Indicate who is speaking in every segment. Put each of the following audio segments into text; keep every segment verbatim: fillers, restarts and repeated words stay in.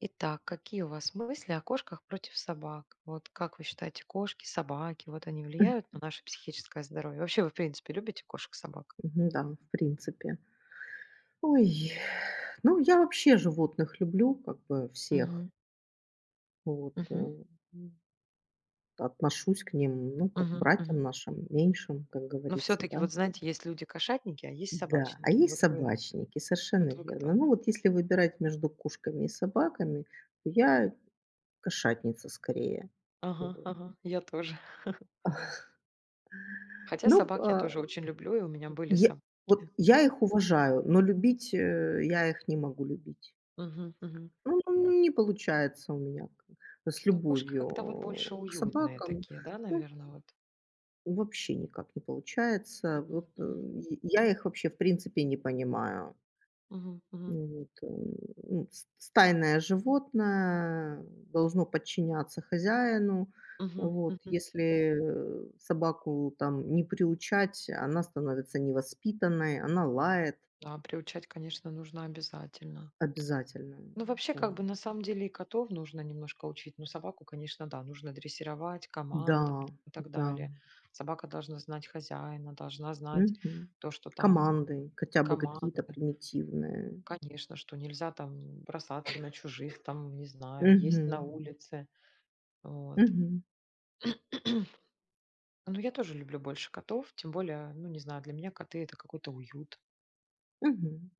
Speaker 1: Итак, какие у вас мысли о кошках против собак? Вот как вы считаете, кошки, собаки, вот они
Speaker 2: М,
Speaker 1: влияют на наше психическое здоровье? Вообще, вы, в принципе, любите кошек, собак?
Speaker 2: Мгм, да, в принципе. Ой, ну, я вообще животных люблю, как бы всех.
Speaker 1: Мгм.
Speaker 2: Вот, э,
Speaker 1: Мгм.
Speaker 2: м, отношусь к ним, ну, как к
Speaker 1: Мгм.
Speaker 2: братьям
Speaker 1: Мгм.
Speaker 2: нашим, меньшим, как
Speaker 1: Но
Speaker 2: говорится,
Speaker 1: все-таки,
Speaker 2: да.
Speaker 1: вот знаете, есть люди кошатники, а есть
Speaker 2: Да, а
Speaker 1: собачники.
Speaker 2: есть
Speaker 1: Вот вы,
Speaker 2: собачники, совершенно
Speaker 1: вот вы
Speaker 2: верно.
Speaker 1: кто?
Speaker 2: Ну, вот если выбирать между кошками и собаками, то я кошатница скорее.
Speaker 1: Ага,
Speaker 2: Вот.
Speaker 1: ага, я тоже. Хотя
Speaker 2: Ну,
Speaker 1: собак я
Speaker 2: а,
Speaker 1: тоже очень люблю, и у меня были
Speaker 2: я,
Speaker 1: собаки.
Speaker 2: вот я их уважаю, но любить, э, я их не могу любить.
Speaker 1: Мгм. Мгм.
Speaker 2: Ну, ну, не получается у меня к с
Speaker 1: Но кошки как-то вот больше
Speaker 2: любовью к
Speaker 1: уютные
Speaker 2: собакам.
Speaker 1: такие, да,
Speaker 2: Ну,
Speaker 1: наверное, вот.
Speaker 2: вообще никак не получается. Вот,
Speaker 1: Мгм.
Speaker 2: э,
Speaker 1: Мгм.
Speaker 2: и я их вообще, в принципе, не понимаю.
Speaker 1: Мгм, мгм.
Speaker 2: Ну, вот, э, ну, с стайное животное должно подчиняться хозяину.
Speaker 1: Мгм.
Speaker 2: Вот,
Speaker 1: Мгм.
Speaker 2: если, э, собаку там не приучать, она становится невоспитанной, она лает
Speaker 1: Да, приучать, конечно, нужно обязательно.
Speaker 2: обязательно.
Speaker 1: Ну, вообще, как бы,
Speaker 2: Там
Speaker 1: на самом деле и котов нужно немножко учить. Ну, собаку, конечно, да, нужно дрессировать,
Speaker 2: да,
Speaker 1: команда и так
Speaker 2: да.
Speaker 1: далее. Собака должна знать хозяина, должна знать
Speaker 2: Мгм.
Speaker 1: то, что там
Speaker 2: Командой, хотя бы какие-то
Speaker 1: команды.
Speaker 2: примитивные.
Speaker 1: Конечно, что нельзя там бросаться на чужих, там, не знаю, есть на
Speaker 2: Мгм.
Speaker 1: улице. Вот.
Speaker 2: Мгм.
Speaker 1: Ну, я тоже люблю больше котов, тем более, ну, не знаю, для меня коты — это какой-то уют.
Speaker 2: Мгм.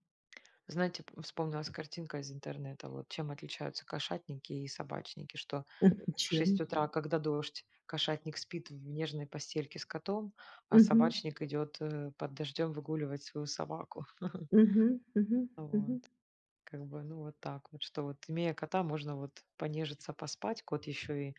Speaker 1: Знаете, п- вспомнилась картинка из интернета, вот чем отличаются кошатники и собачники, что
Speaker 2: Мгм.
Speaker 1: в
Speaker 2: Чем?
Speaker 1: шесть утра, когда дождь, кошатник спит в нежной постельке с котом, а
Speaker 2: Мгм.
Speaker 1: собачник идет э, под дождем выгуливать свою собаку.
Speaker 2: Мгм. Мгм.
Speaker 1: Вот.
Speaker 2: Мгм.
Speaker 1: Как бы, ну вот так вот, что вот имея кота, можно вот понежиться, поспать, кот еще и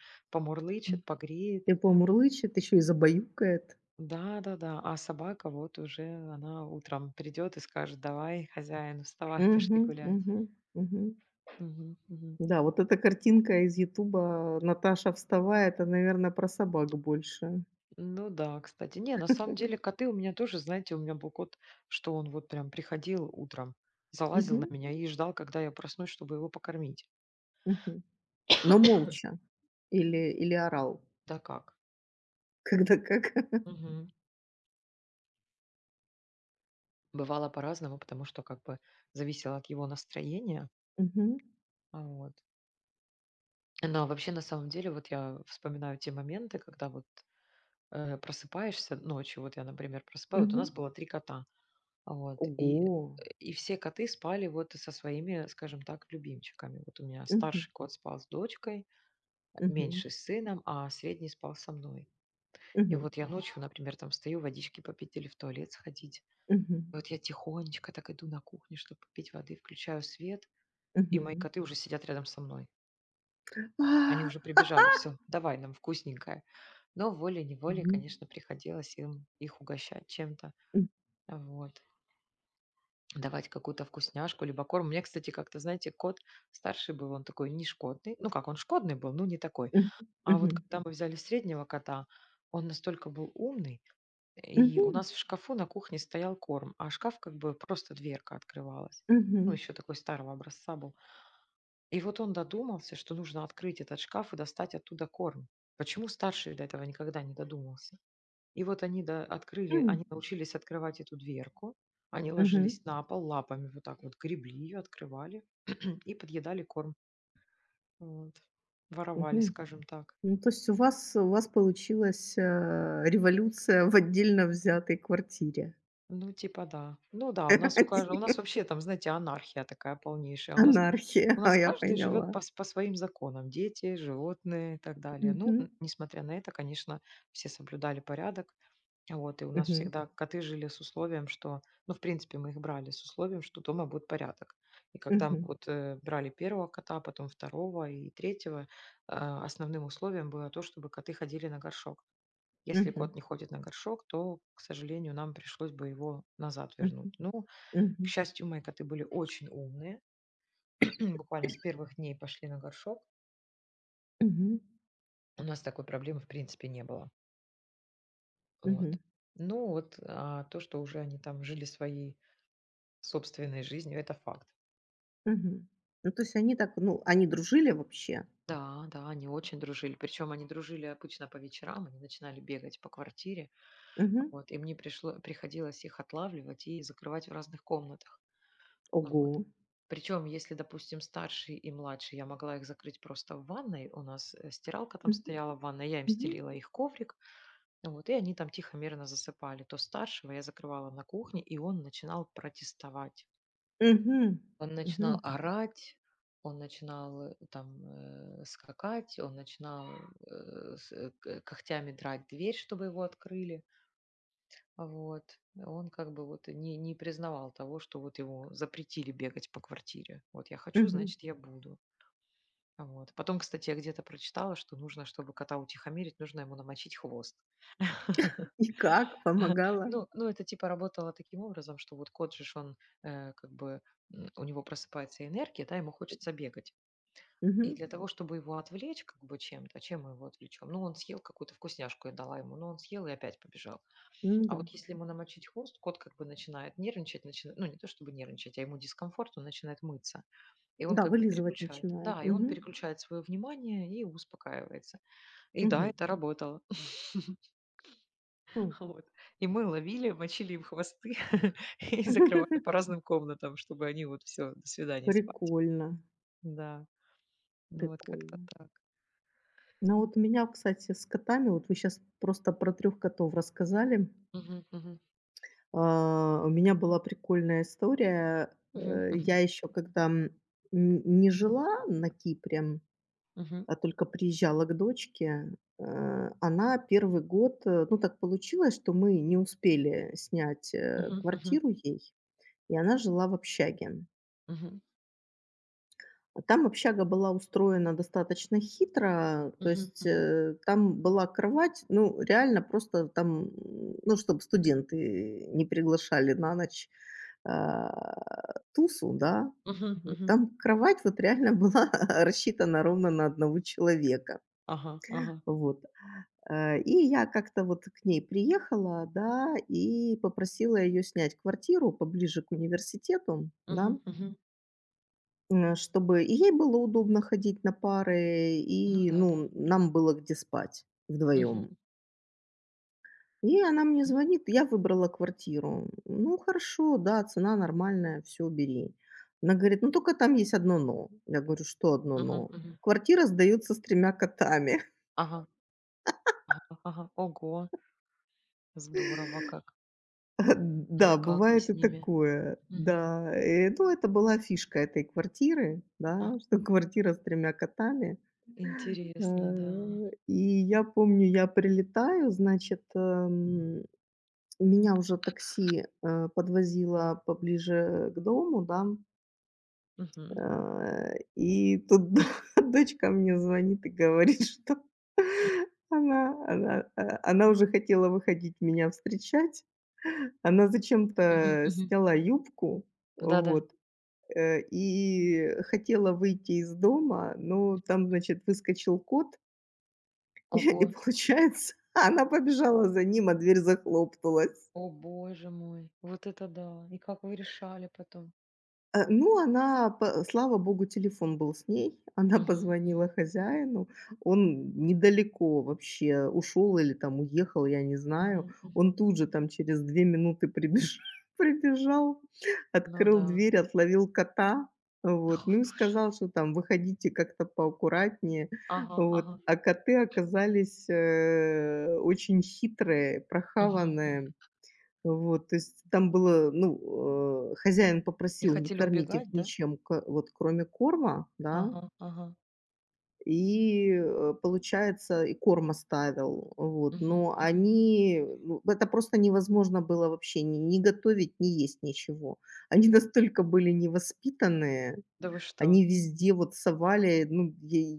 Speaker 2: М.
Speaker 1: помурлычет, погреет.
Speaker 2: И помурлычет, еще и забаюкает.
Speaker 1: Да, да, да. А собака вот уже, она утром придет и скажет, давай, хозяин, вставай, пошли
Speaker 2: Мгм.
Speaker 1: гулять.
Speaker 2: Мгм. Мгм.
Speaker 1: Мгм, мгм.
Speaker 2: Да, вот эта картинка из "Ютуба" "Наташа, вставай!" Это, наверное, про собак больше.
Speaker 1: Ну да, кстати. Не, на самом деле коты у меня тоже, знаете, у меня был кот, что он вот прям приходил утром, залазил на
Speaker 2: Мгм.
Speaker 1: меня и ждал, когда я проснусь, чтобы его покормить.
Speaker 2: Мгм. Но молча или или орал?
Speaker 1: Да как?
Speaker 2: Когда как?
Speaker 1: Мгм. Бывало по-разному, потому что как бы зависело от его настроения.
Speaker 2: Мгм.
Speaker 1: А Вот. Но вообще на самом деле вот я вспоминаю те моменты, когда вот э, просыпаешься ночью, вот я, например, просыпаюсь, вот у нас
Speaker 2: Мгм.
Speaker 1: было три кота. А вот,
Speaker 2: Ого!
Speaker 1: и и все коты спали вот со своими, скажем так, любимчиками. Вот у меня
Speaker 2: Мгм.
Speaker 1: старший кот спал с дочкой,
Speaker 2: Мгм.
Speaker 1: меньший с сыном, а средний спал со мной. И
Speaker 2: Мгм.
Speaker 1: вот я ночью, например, там встаю, водички попить или в туалет сходить.
Speaker 2: Мгм.
Speaker 1: И вот я тихонечко так иду на кухню, чтобы попить воды, включаю свет, и мои
Speaker 2: Мгм.
Speaker 1: коты уже сидят рядом со мной. Они
Speaker 2: А.
Speaker 1: уже прибежали, все, давай нам вкусненькое. Но волей-неволей,
Speaker 2: Мгм.
Speaker 1: конечно, приходилось им их угощать чем-то.
Speaker 2: М.
Speaker 1: Вот. Давать какую-то вкусняшку, либо корм. Мне, кстати, как-то, знаете, кот старший был, он такой не шкодный. Ну как, он шкодный был, ну не такой.
Speaker 2: Мгм.
Speaker 1: А вот
Speaker 2: Мгм.
Speaker 1: когда мы взяли среднего кота, он настолько был умный, и у
Speaker 2: Мгм.
Speaker 1: нас в шкафу на кухне стоял корм, а шкаф как бы просто дверка открывалась. Ну,
Speaker 2: Мгм.
Speaker 1: еще такой старого образца был. И вот он додумался, что нужно открыть этот шкаф и достать оттуда корм. Почему старший до этого никогда не додумался? И вот они до- открыли,
Speaker 2: М.
Speaker 1: они научились открывать эту дверку, они
Speaker 2: Мгм.
Speaker 1: ложились на пол лапами, вот так вот гребли ее, открывали и подъедали корм. Вот. Воровали,
Speaker 2: Мгм.
Speaker 1: скажем так.
Speaker 2: Ну, то есть у вас у вас получилась, э, революция в отдельно взятой квартире.
Speaker 1: Ну, типа, да. Ну да, у нас у каждого, у нас вообще там, знаете, анархия такая полнейшая. А У нас
Speaker 2: Анархия,
Speaker 1: у
Speaker 2: а,
Speaker 1: нас
Speaker 2: я
Speaker 1: каждый живет
Speaker 2: поняла.
Speaker 1: по с по своим законам: дети, животные и так далее. Ну,
Speaker 2: Мгм.
Speaker 1: н несмотря на это, конечно, все соблюдали порядок. Вот, и у нас
Speaker 2: Мгм.
Speaker 1: всегда коты жили с условием, что ну, в принципе, мы их брали с условием, что дома будет порядок. И когда мы
Speaker 2: Мгм.
Speaker 1: вот, э, брали первого кота, потом второго и третьего, э, основным условием было то, чтобы коты ходили на горшок. Если
Speaker 2: Мгм.
Speaker 1: кот не ходит на горшок, то, к сожалению, нам пришлось бы его назад вернуть.
Speaker 2: Мгм.
Speaker 1: Ну, к
Speaker 2: Мгм.
Speaker 1: счастью, мои коты были очень умные. Буквально с первых дней пошли на горшок.
Speaker 2: Мгм.
Speaker 1: У нас такой проблемы, в принципе, не было.
Speaker 2: Мгм.
Speaker 1: Вот. Ну, вот а то, что уже они там жили своей собственной жизнью, это факт.
Speaker 2: Мгм. Ну, то есть они так, ну, они дружили вообще?
Speaker 1: Да, да, они очень дружили. Причем они дружили обычно по вечерам, они начинали бегать по квартире.
Speaker 2: Мгм.
Speaker 1: Вот, и мне пришло, приходилось их отлавливать и закрывать в разных комнатах. Ну
Speaker 2: Ого.
Speaker 1: вот. Причем, если, допустим, старший и младший, я могла их закрыть просто в ванной. У нас э, стиралка там
Speaker 2: Мгм.
Speaker 1: стояла в ванной, я им
Speaker 2: Мгм.
Speaker 1: стелила их коврик, ну вот, и они там тихо-мирно засыпали. То старшего я закрывала на кухне, и он начинал протестовать.
Speaker 2: Мгм.
Speaker 1: Он
Speaker 2: Мгм.
Speaker 1: начинал орать, он начинал э, там э, скакать, он начинал э, с- э, к- э, когтями драть дверь, чтобы его открыли. Вот. Он как бы вот не, не признавал того, что вот ему запретили бегать по квартире. Вот я хочу,
Speaker 2: Мгм.
Speaker 1: значит, я буду. Вот. Потом, кстати, я где-то прочитала, что нужно, чтобы кота утихомирить, нужно ему намочить хвост.
Speaker 2: И как? Помогала?
Speaker 1: Ну, ну, это типа работало таким образом, что вот кот же, ж он э, как бы, м, у него просыпается энергия, да, ему хочется бегать. И
Speaker 2: Мгм.
Speaker 1: для того, чтобы его отвлечь как бы чем-то, чем мы его отвлечем? Ну, он съел какую-то вкусняшку, я дала ему, но он съел и опять побежал.
Speaker 2: Ну
Speaker 1: А
Speaker 2: да.
Speaker 1: вот если ему намочить хвост, кот как бы начинает нервничать, начинает, ну не то чтобы нервничать, а ему дискомфорт, он начинает мыться. И он
Speaker 2: Да,
Speaker 1: как бы
Speaker 2: вылизывать
Speaker 1: переключает.
Speaker 2: начинает.
Speaker 1: Да, и он
Speaker 2: Мгм.
Speaker 1: переключает свое внимание и успокаивается. И да,
Speaker 2: Мгм.
Speaker 1: это работало.
Speaker 2: М.
Speaker 1: Вот. И мы ловили, мочили им хвосты и закрывали по разным комнатам, чтобы они вот все, до свидания спать.
Speaker 2: Прикольно,
Speaker 1: Да, ну вот как-то
Speaker 2: прикольно.
Speaker 1: так.
Speaker 2: Ну вот у меня, кстати, с котами, вот вы сейчас просто про трех котов рассказали.
Speaker 1: Мгм, мгм,
Speaker 2: А, у меня была прикольная история.
Speaker 1: мгм,
Speaker 2: Э, я
Speaker 1: мгм,
Speaker 2: еще когда, м, н не жила на Кипре
Speaker 1: мгм,
Speaker 2: а, только приезжала к дочке, э, она первый год, э, ну, так получилось, что мы не успели снять, э,
Speaker 1: мгм, мгм,
Speaker 2: квартиру ей, и она жила в общаге.
Speaker 1: мгм,
Speaker 2: А там общага была устроена достаточно хитро, то
Speaker 1: мгм,
Speaker 2: есть,
Speaker 1: мгм,
Speaker 2: э, там была кровать, ну, реально просто там, м, ну, чтобы студенты не приглашали на ночь, а, тусу, да.
Speaker 1: мгм,
Speaker 2: Вот,
Speaker 1: мгм.
Speaker 2: там кровать вот реально была рассчитана ровно на одного человека.
Speaker 1: Ага, ага.
Speaker 2: Вот. Э, и я как-то вот к ней приехала, да, и попросила ее снять квартиру поближе к университету, да,
Speaker 1: Мгм, мгм.
Speaker 2: м, чтобы и ей было удобно ходить на пары,
Speaker 1: Ну
Speaker 2: и,
Speaker 1: да, да.
Speaker 2: ну, нам было где спать
Speaker 1: Мгм, м,
Speaker 2: вдвоем. И она мне
Speaker 1: мгм, мгм.
Speaker 2: звонит, я выбрала квартиру. Ну, хорошо, да, цена нормальная, все бери. Она говорит: "Ну, только там есть одно "но". Я говорю: "Что одно "но"?" "Квартира сдаётся с тремя котами".
Speaker 1: Ага, ага, ага. Ого, здорово как. Ну и
Speaker 2: Да,
Speaker 1: как вы
Speaker 2: бывает и
Speaker 1: с ними?
Speaker 2: такое.
Speaker 1: Мгм.
Speaker 2: Да, э, ну, это была фишка этой квартиры,
Speaker 1: А,
Speaker 2: да, что квартира с тремя котами.
Speaker 1: интересно, да.
Speaker 2: Э, и я помню, я прилетаю, значит, эм, меня уже такси, э, подвозило поближе к дому, да,
Speaker 1: Мгм,
Speaker 2: э, и тут дочка мне звонит и говорит, что
Speaker 1: м,
Speaker 2: она она, э, она уже хотела выходить меня встречать. Она
Speaker 1: мгм,
Speaker 2: зачем-то
Speaker 1: мгм.
Speaker 2: сняла юбку,
Speaker 1: Да-да.
Speaker 2: вот, э, и хотела выйти из дома,
Speaker 1: М,
Speaker 2: но там,
Speaker 1: М.
Speaker 2: значит, выскочил кот,
Speaker 1: Ого,
Speaker 2: и получается, она побежала за ним, а дверь захлопнулась.
Speaker 1: о боже мой, вот это да. И как вы решали потом?
Speaker 2: Э, ну, она, по слава богу, телефон был с ней. Она
Speaker 1: Мгм,
Speaker 2: позвонила
Speaker 1: мгм,
Speaker 2: хозяину. Он недалеко вообще ушел или там уехал, я не знаю.
Speaker 1: мгм,
Speaker 2: Он
Speaker 1: мгм.
Speaker 2: тут же там через две минуты прибеж прибежал,
Speaker 1: Ну
Speaker 2: открыл
Speaker 1: да.
Speaker 2: дверь, отловил кота, вот,
Speaker 1: О
Speaker 2: ну и
Speaker 1: боже.
Speaker 2: сказал, что там: "Выходите как-то поаккуратнее".
Speaker 1: Ага,
Speaker 2: Вот.
Speaker 1: ага.
Speaker 2: А коты оказались, э, очень хитрые,
Speaker 1: Мгм, мгм.
Speaker 2: прохаванные. Вот, то есть там было, ну, э, хозяин
Speaker 1: Не
Speaker 2: попросил не
Speaker 1: хотели
Speaker 2: кормить их
Speaker 1: убегать, да?
Speaker 2: ничем, ко вот кроме корма, да,
Speaker 1: Ага, ага.
Speaker 2: и, э, получается, и корм оставил, вот.
Speaker 1: Мгм,
Speaker 2: Но
Speaker 1: мгм.
Speaker 2: они, ну, это просто невозможно было вообще ни ни готовить, ни есть ничего. Они настолько были невоспитанные,
Speaker 1: Да вы что?
Speaker 2: они везде вот совали, ну, я и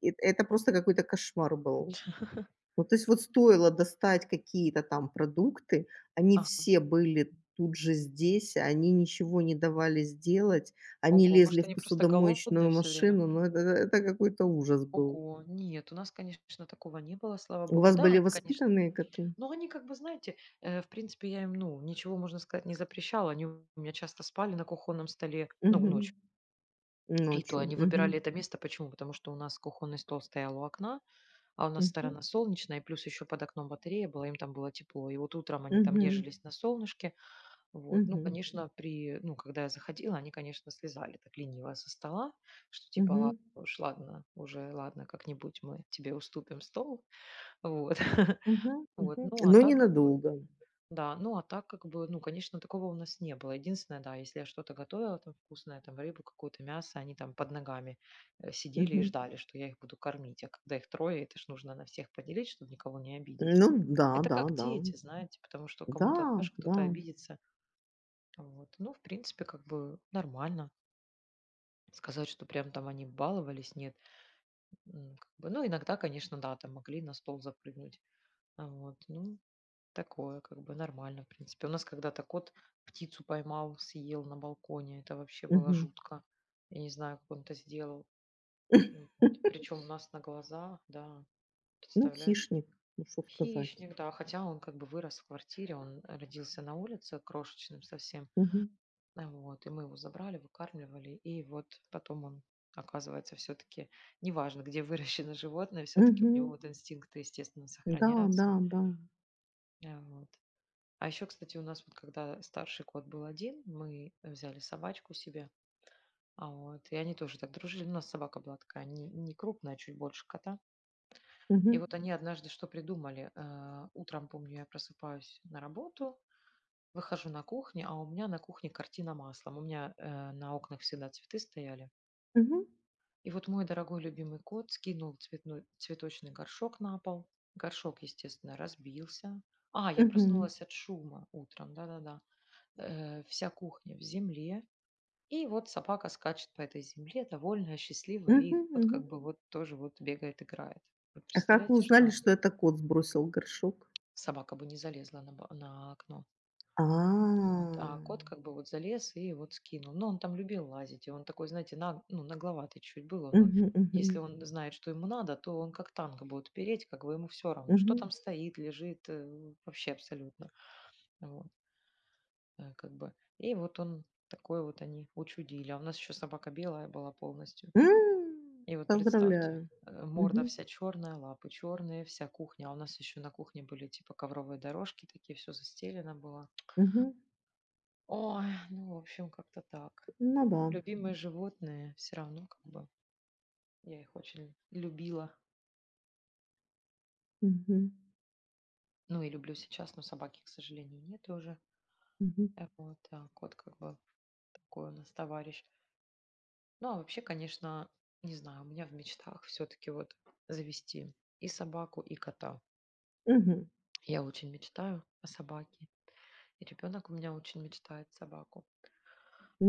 Speaker 2: это просто какой-то кошмар был. Ну, то есть вот стоило достать какие-то там продукты, они
Speaker 1: Ага.
Speaker 2: все были тут же здесь, они ничего не давали сделать, они
Speaker 1: Ого, может,
Speaker 2: лезли в
Speaker 1: они просто
Speaker 2: посудомоечную
Speaker 1: голодные все время
Speaker 2: машину,
Speaker 1: были?
Speaker 2: но это это какой-то ужас был.
Speaker 1: Ого, нет, у нас, конечно, такого не было, слава
Speaker 2: У
Speaker 1: богу.
Speaker 2: вас
Speaker 1: Да,
Speaker 2: были
Speaker 1: они, конечно,
Speaker 2: воспитанные коты?
Speaker 1: но они как бы, знаете, э, в принципе, я им, ну, ничего, можно сказать, не запрещала. Они у меня часто спали на кухонном столе, ну,
Speaker 2: Мгм.
Speaker 1: ночью. И то
Speaker 2: Ночью.
Speaker 1: они
Speaker 2: Мгм.
Speaker 1: выбирали это место. Почему? Потому что у нас кухонный стол стоял у окна, а у нас
Speaker 2: Мгм.
Speaker 1: сторона солнечная, и плюс еще под окном батарея была, им там было тепло. И вот утром они там
Speaker 2: Мгм.
Speaker 1: нежились на солнышке, вот. Ну,
Speaker 2: Мгм.
Speaker 1: конечно, при, ну, когда я заходила, они, конечно, слезали так лениво со стола, что типа,
Speaker 2: Мгм.
Speaker 1: ладно уж, ладно, уже, ладно, как-нибудь мы тебе уступим стол. Вот.
Speaker 2: Мгм.
Speaker 1: Вот.
Speaker 2: Мгм.
Speaker 1: Ну, а
Speaker 2: Но
Speaker 1: так как бы,
Speaker 2: ненадолго.
Speaker 1: да, ну, а так как бы, ну, конечно, такого у нас не было. Единственное, да, если я что-то готовила там вкусное, там рыбу, какое-то мясо, они там под ногами э, сидели и
Speaker 2: Мгм.
Speaker 1: ждали, что я их буду кормить. А когда их трое, это ж нужно на всех поделить, чтобы никого не обидеть.
Speaker 2: Ну да,
Speaker 1: Это
Speaker 2: да,
Speaker 1: как
Speaker 2: да.
Speaker 1: дети, знаете, потому что
Speaker 2: Да,
Speaker 1: кому-то дашь,
Speaker 2: да.
Speaker 1: кто-то обидится, вот. Ну, в принципе, как бы нормально. Сказать, что прям там они баловались, нет. М, как бы, ну, иногда, конечно, да, там могли на стол запрыгнуть. А Вот, ну, такое, как бы нормально, в принципе. У нас когда-то кот птицу поймал, съел на балконе. Это вообще было
Speaker 2: Мгм.
Speaker 1: жутко. Я не знаю, как он это сделал. Ну вот. Причем у нас на глазах, да,
Speaker 2: Ну,
Speaker 1: представляете.
Speaker 2: хищник, ну что сказать.
Speaker 1: Хищник, да, хотя он как бы вырос в квартире, он родился на улице крошечным совсем.
Speaker 2: Мгм.
Speaker 1: А вот, и мы его забрали, выкармливали, и вот потом он, оказывается, все-таки, неважно, где выращено животное, все-таки у него
Speaker 2: Мгм.
Speaker 1: вот инстинкты, естественно,
Speaker 2: Да, да,
Speaker 1: сохраняются.
Speaker 2: да.
Speaker 1: А Вот. А еще, кстати, у нас вот когда старший кот был один, мы взяли собачку себе, а вот, и они тоже так дружили. У нас собака была такая не, не крупная, а чуть больше кота. И
Speaker 2: Мгм.
Speaker 1: вот они однажды что придумали? Э, Утром, помню, я просыпаюсь на работу, выхожу на кухню, а у меня на кухне картина маслом. У меня э, на окнах всегда цветы стояли.
Speaker 2: Мгм.
Speaker 1: И вот мой дорогой любимый кот скинул цветной, цветочный горшок на пол. Горшок, естественно, разбился. А, я Мгм.
Speaker 2: Мгм.
Speaker 1: Проснулась от шума утром, да-да-да. Э, вся кухня в земле. И вот собака скачет по этой земле, довольная, счастливая. И
Speaker 2: Мгм.
Speaker 1: кот
Speaker 2: Мгм.
Speaker 1: как бы вот тоже вот бегает, играет. Вы
Speaker 2: А как вы
Speaker 1: представляете, что
Speaker 2: узнали,
Speaker 1: они-
Speaker 2: что это кот сбросил горшок?
Speaker 1: собака бы не залезла на, ба- на окно.
Speaker 2: А.
Speaker 1: Вот. А кот как бы вот залез и вот скинул. Но он там любил лазить, и он такой, знаете, наг- ну, нагловатый чуть был. Он, э,
Speaker 2: Мгм. Мгм.
Speaker 1: если он знает, что ему надо, то он как танк будет переть, как бы ему все равно, что
Speaker 2: Мгм.
Speaker 1: там стоит, лежит, э, вообще абсолютно. Вот, э, как бы. И вот он такой вот они учудили. А у нас еще собака белая была полностью.
Speaker 2: М.
Speaker 1: И вот представьте,
Speaker 2: Поздравляю.
Speaker 1: э, морда
Speaker 2: Мгм.
Speaker 1: вся черная, лапы черные, вся кухня. А у нас еще на кухне были типа ковровые дорожки, такие все застелено было.
Speaker 2: Мгм.
Speaker 1: Ой, ну, в общем, как-то так.
Speaker 2: Ну да.
Speaker 1: Любимые животные все равно как бы. Я их очень любила.
Speaker 2: Мгм.
Speaker 1: Ну и люблю сейчас, но собаки, к сожалению, нет уже.
Speaker 2: Мгм.
Speaker 1: Э, вот, а кот как бы такой у нас товарищ. Ну, а вообще, конечно, не знаю, у меня в мечтах все таки вот завести и собаку, и кота.
Speaker 2: Мгм.
Speaker 1: Я очень мечтаю о собаке, и ребенок у меня очень мечтает собаку.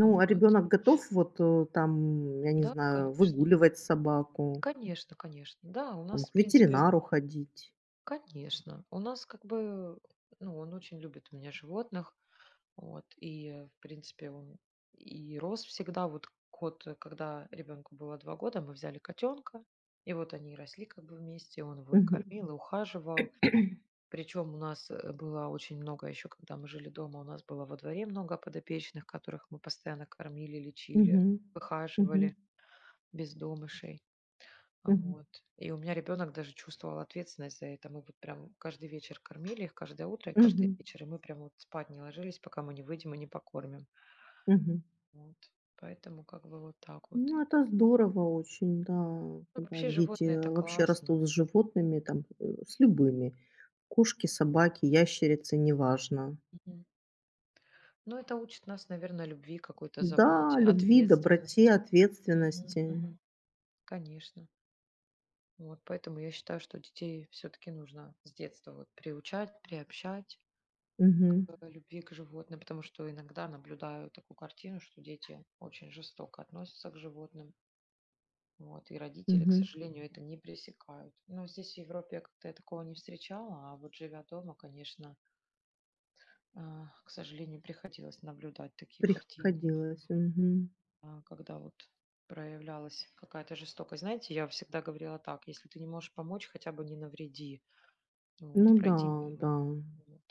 Speaker 1: А
Speaker 2: а
Speaker 1: Вот.
Speaker 2: ребенок готов вот, э, там, я не
Speaker 1: Да,
Speaker 2: знаю,
Speaker 1: конечно.
Speaker 2: выгуливать собаку,
Speaker 1: Конечно, конечно. Да, у
Speaker 2: там,
Speaker 1: нас,
Speaker 2: к
Speaker 1: в принципе,
Speaker 2: ветеринару ходить?
Speaker 1: конечно, у нас как бы, ну, он очень любит у меня животных. Вот, и, э, в принципе, он и рос всегда. Вот кот, э, когда ребенку было два года, мы взяли котенка, и вот они росли как бы вместе, он его и
Speaker 2: Мгм.
Speaker 1: кормил, и ухаживал. Причем у нас э, было очень много еще, когда мы жили дома, у нас было во дворе много подопечных, которых мы постоянно кормили, лечили,
Speaker 2: Мгм.
Speaker 1: выхаживали,
Speaker 2: Мгм.
Speaker 1: бездомышей. А
Speaker 2: Мгм.
Speaker 1: Вот. И у меня ребенок даже чувствовал ответственность за это. Мы вот прям каждый вечер кормили их, каждое утро и каждый
Speaker 2: Мгм.
Speaker 1: вечер. И мы прям вот спать не ложились, пока мы не выйдем и не покормим.
Speaker 2: Мгм.
Speaker 1: Вот. Поэтому как бы вот так вот.
Speaker 2: Ну, это здорово очень, да,
Speaker 1: Ну,
Speaker 2: когда
Speaker 1: вообще
Speaker 2: дети,
Speaker 1: животные — это
Speaker 2: э, вообще
Speaker 1: классно.
Speaker 2: растут с животными, там, э, с любыми: кошки, собаки, ящерицы, неважно.
Speaker 1: Мгм. Но это учит нас, наверное, любви, какой-то
Speaker 2: Да,
Speaker 1: заботе,
Speaker 2: любви, доброте,
Speaker 1: ответственности. Мгм,
Speaker 2: ответственности.
Speaker 1: мгм. Конечно. Вот поэтому я считаю, что детей все таки нужно с детства вот приучать, приобщать к
Speaker 2: Мгм,
Speaker 1: любви к животным, потому что иногда наблюдаю такую картину, что дети очень жестоко относятся к животным. Вот, и родители, к
Speaker 2: мгм.
Speaker 1: сожалению, это не пресекают. Но здесь, в Европе, я как-то такого не встречала, а вот живя дома, конечно, А, к сожалению, приходилось наблюдать такие картины,
Speaker 2: Приходилось, мгм.
Speaker 1: а, когда вот проявлялась какая-то жестокость. Знаете, я всегда говорила так: «Если ты не можешь помочь, хотя бы не навреди,
Speaker 2: Ну
Speaker 1: вот,
Speaker 2: да,
Speaker 1: пройди
Speaker 2: да.
Speaker 1: мимо». Вот.